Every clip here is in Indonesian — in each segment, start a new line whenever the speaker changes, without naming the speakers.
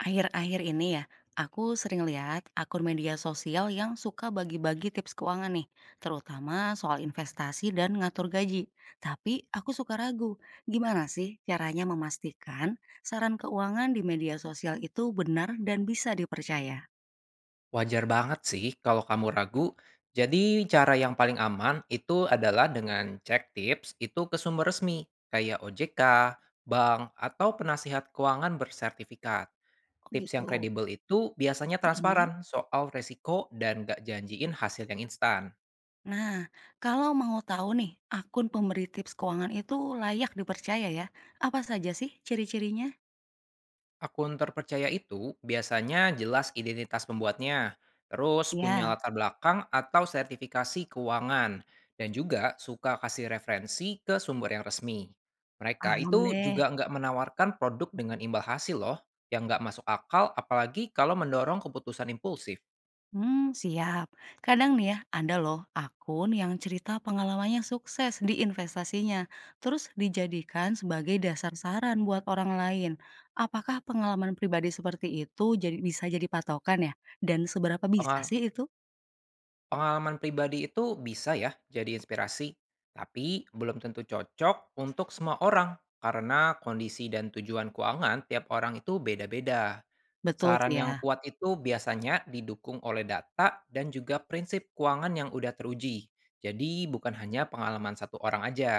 Akhir-akhir ini ya, aku sering lihat akun media sosial yang suka bagi-bagi tips keuangan nih, terutama soal investasi dan ngatur gaji. Tapi aku suka ragu, gimana sih caranya memastikan saran keuangan di media sosial itu benar dan bisa dipercaya?
Wajar banget sih kalau kamu ragu. Jadi cara yang paling aman itu adalah dengan cek tips itu ke sumber resmi kayak OJK, bank, atau penasihat keuangan bersertifikat.
Oh
Tips yang
gitu.
kredibel itu biasanya
Mm-mm.
transparan soal resiko dan gak janjiin hasil yang instan.
Nah, kalau mau tahu nih, akun pemberi tips keuangan itu layak dipercaya ya? Apa saja sih ciri-cirinya?
Akun terpercaya itu biasanya jelas identitas pembuatnya, terus punya
Ya,
latar belakang atau sertifikasi keuangan, dan juga suka kasih referensi ke sumber yang resmi. Mereka
paham
itu
deh.
juga nggak menawarkan produk dengan imbal hasil loh, yang nggak masuk akal apalagi kalau mendorong keputusan impulsif.
Siap. Kadang nih ya, ada loh akun yang cerita pengalamannya sukses di investasinya, terus dijadikan sebagai dasar saran buat orang lain. Apakah pengalaman pribadi seperti itu jadi bisa jadi patokan ya? Dan seberapa bisa
Pengal-
sih itu?
Pengalaman pribadi itu bisa ya jadi inspirasi, tapi belum tentu cocok untuk semua orang karena kondisi dan tujuan keuangan tiap orang itu beda-beda.
Betul sih
Saran
ya.
yang kuat itu biasanya didukung oleh data dan juga prinsip keuangan yang udah teruji. Jadi bukan hanya pengalaman satu orang aja.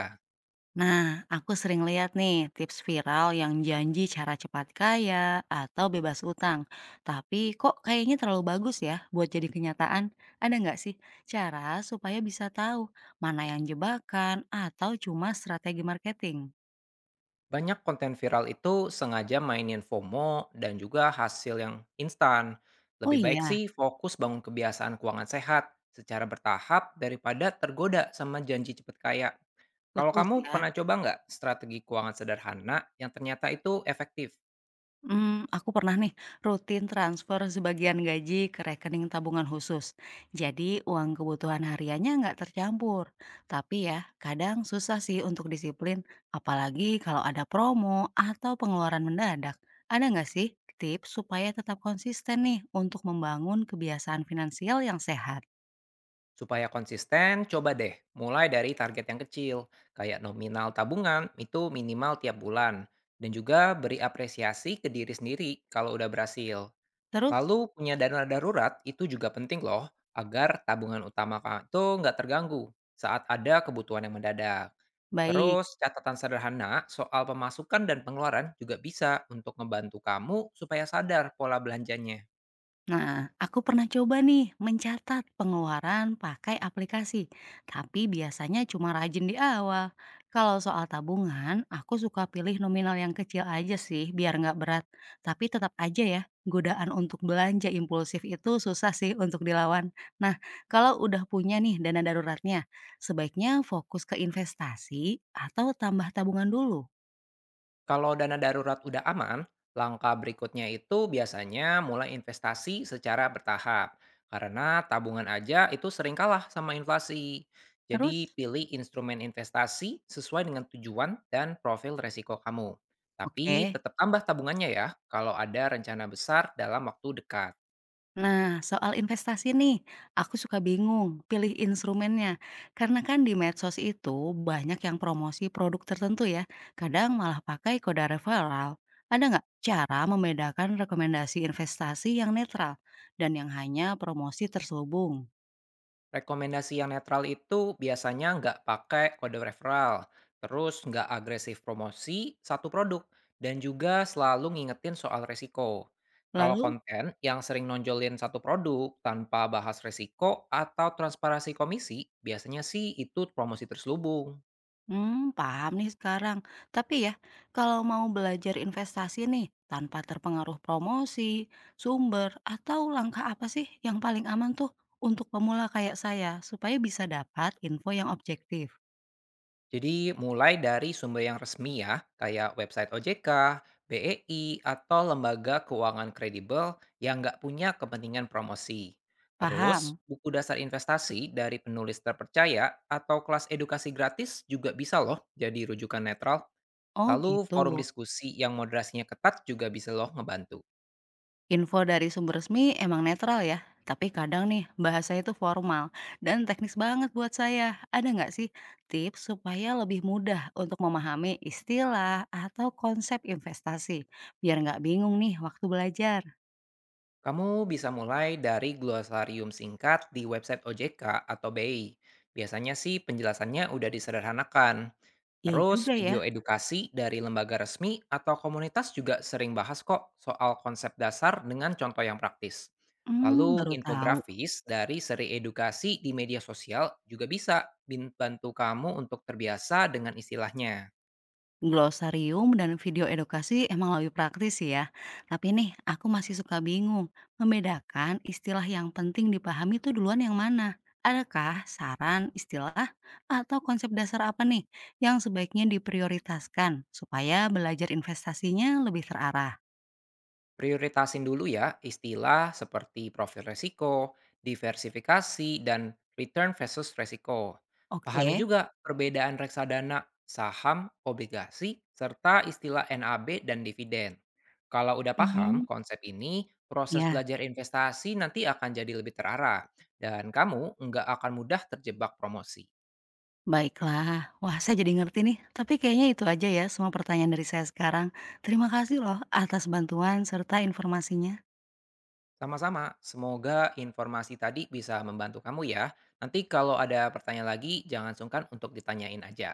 Nah, aku sering lihat nih tips viral yang janji cara cepat kaya atau bebas utang. Tapi kok kayaknya terlalu bagus ya buat jadi kenyataan? Ada nggak sih cara supaya bisa tahu mana yang jebakan atau cuma strategi marketing?
Banyak konten viral itu sengaja mainin FOMO dan juga hasil yang instan.
Oh
Lebih baik
iya,
sih fokus bangun kebiasaan keuangan sehat secara bertahap daripada tergoda sama janji cepet kaya. Kalau
betul
kamu
sih ya.
pernah coba nggak strategi keuangan sederhana yang ternyata itu efektif?
Aku pernah nih rutin transfer sebagian gaji ke rekening tabungan khusus. Jadi uang kebutuhan hariannya nggak tercampur. Tapi ya, kadang susah sih untuk disiplin, apalagi kalau ada promo atau pengeluaran mendadak. Ada nggak sih tips supaya tetap konsisten nih untuk membangun kebiasaan finansial yang sehat?
Supaya konsisten, coba deh mulai dari target yang kecil, kayak nominal tabungan itu minimal tiap bulan, dan juga beri apresiasi ke diri sendiri kalau udah berhasil.
Terus,
Lalu punya dana darurat itu juga penting loh, agar tabungan utama kamu itu nggak terganggu saat ada kebutuhan yang mendadak.
baik.
Terus catatan sederhana soal pemasukan dan pengeluaran juga bisa untuk membantu kamu supaya sadar pola belanjanya.
Nah, aku pernah coba nih mencatat pengeluaran pakai aplikasi, tapi biasanya cuma rajin di awal. Kalau soal tabungan, aku suka pilih nominal yang kecil aja sih biar nggak berat. Tapi tetap aja ya, godaan untuk belanja impulsif itu susah sih untuk dilawan. Nah, kalau udah punya nih dana daruratnya, sebaiknya fokus ke investasi atau tambah tabungan dulu.
Kalau dana darurat udah aman, langkah berikutnya itu biasanya mulai investasi secara bertahap. Karena tabungan aja itu sering kalah sama inflasi.
Terus,
Jadi pilih instrumen investasi sesuai dengan tujuan dan profil resiko kamu. Tapi
oke.
tetap tambah tabungannya ya kalau ada rencana besar dalam waktu dekat.
Nah, soal investasi nih, aku suka bingung pilih instrumennya. Karena kan di medsos itu banyak yang promosi produk tertentu ya. Kadang malah pakai kode referral. Ada nggak cara membedakan rekomendasi investasi yang netral dan yang hanya promosi terselubung?
Rekomendasi yang netral itu biasanya nggak pakai kode referral, terus nggak agresif promosi satu produk, dan juga selalu ngingetin soal resiko. Kalau
Lalu
konten yang sering nonjolin satu produk tanpa bahas resiko atau transparansi komisi, biasanya sih itu promosi terselubung.
paham nih sekarang. Tapi ya, kalau mau belajar investasi nih, tanpa terpengaruh promosi, sumber, atau langkah apa sih yang paling aman tuh untuk pemula kayak saya supaya bisa dapat info yang objektif?
Jadi mulai dari sumber yang resmi ya, kayak website OJK, BEI, atau lembaga keuangan kredibel yang nggak punya kepentingan promosi. Terus,
Paham?
buku dasar investasi dari penulis terpercaya atau kelas edukasi gratis juga bisa loh jadi rujukan netral.
Oh
Lalu forum
gitu.
diskusi yang moderasinya ketat juga bisa loh ngebantu.
Info dari sumber resmi emang netral ya, tapi kadang nih bahasanya itu formal dan teknis banget buat saya. Ada nggak sih tips supaya lebih mudah untuk memahami istilah atau konsep investasi? Biar nggak bingung nih waktu belajar.
Kamu bisa mulai dari glosarium singkat di website OJK atau BEI. Biasanya sih penjelasannya udah disederhanakan.
Ya
Terus
juga ya,
video edukasi dari lembaga resmi atau komunitas juga sering bahas kok soal konsep dasar dengan contoh yang praktis. Lalu
baru tahu.
infografis dari seri edukasi di media sosial juga bisa bantu kamu untuk terbiasa dengan istilahnya.
Glosarium dan video edukasi emang lebih praktis sih ya. Tapi nih, aku masih suka bingung membedakan istilah yang penting dipahami itu duluan yang mana. Adakah saran istilah atau konsep dasar apa nih yang sebaiknya diprioritaskan supaya belajar investasinya lebih terarah?
Prioritasin dulu ya istilah seperti profil resiko, diversifikasi, dan return versus resiko. Pahami
Oke.
juga perbedaan reksadana, saham, obligasi, serta istilah NAB dan dividen. Kalau udah paham
Mhm.
konsep ini, proses
Ya,
belajar investasi nanti akan jadi lebih terarah dan kamu nggak akan mudah terjebak promosi.
baiklah. Wah, saya jadi ngerti nih. Tapi kayaknya itu aja ya semua pertanyaan dari saya sekarang. Terima kasih loh atas bantuan serta informasinya.
Sama-sama, semoga informasi tadi bisa membantu kamu ya. Nanti kalau ada pertanyaan lagi, jangan sungkan untuk ditanyain aja.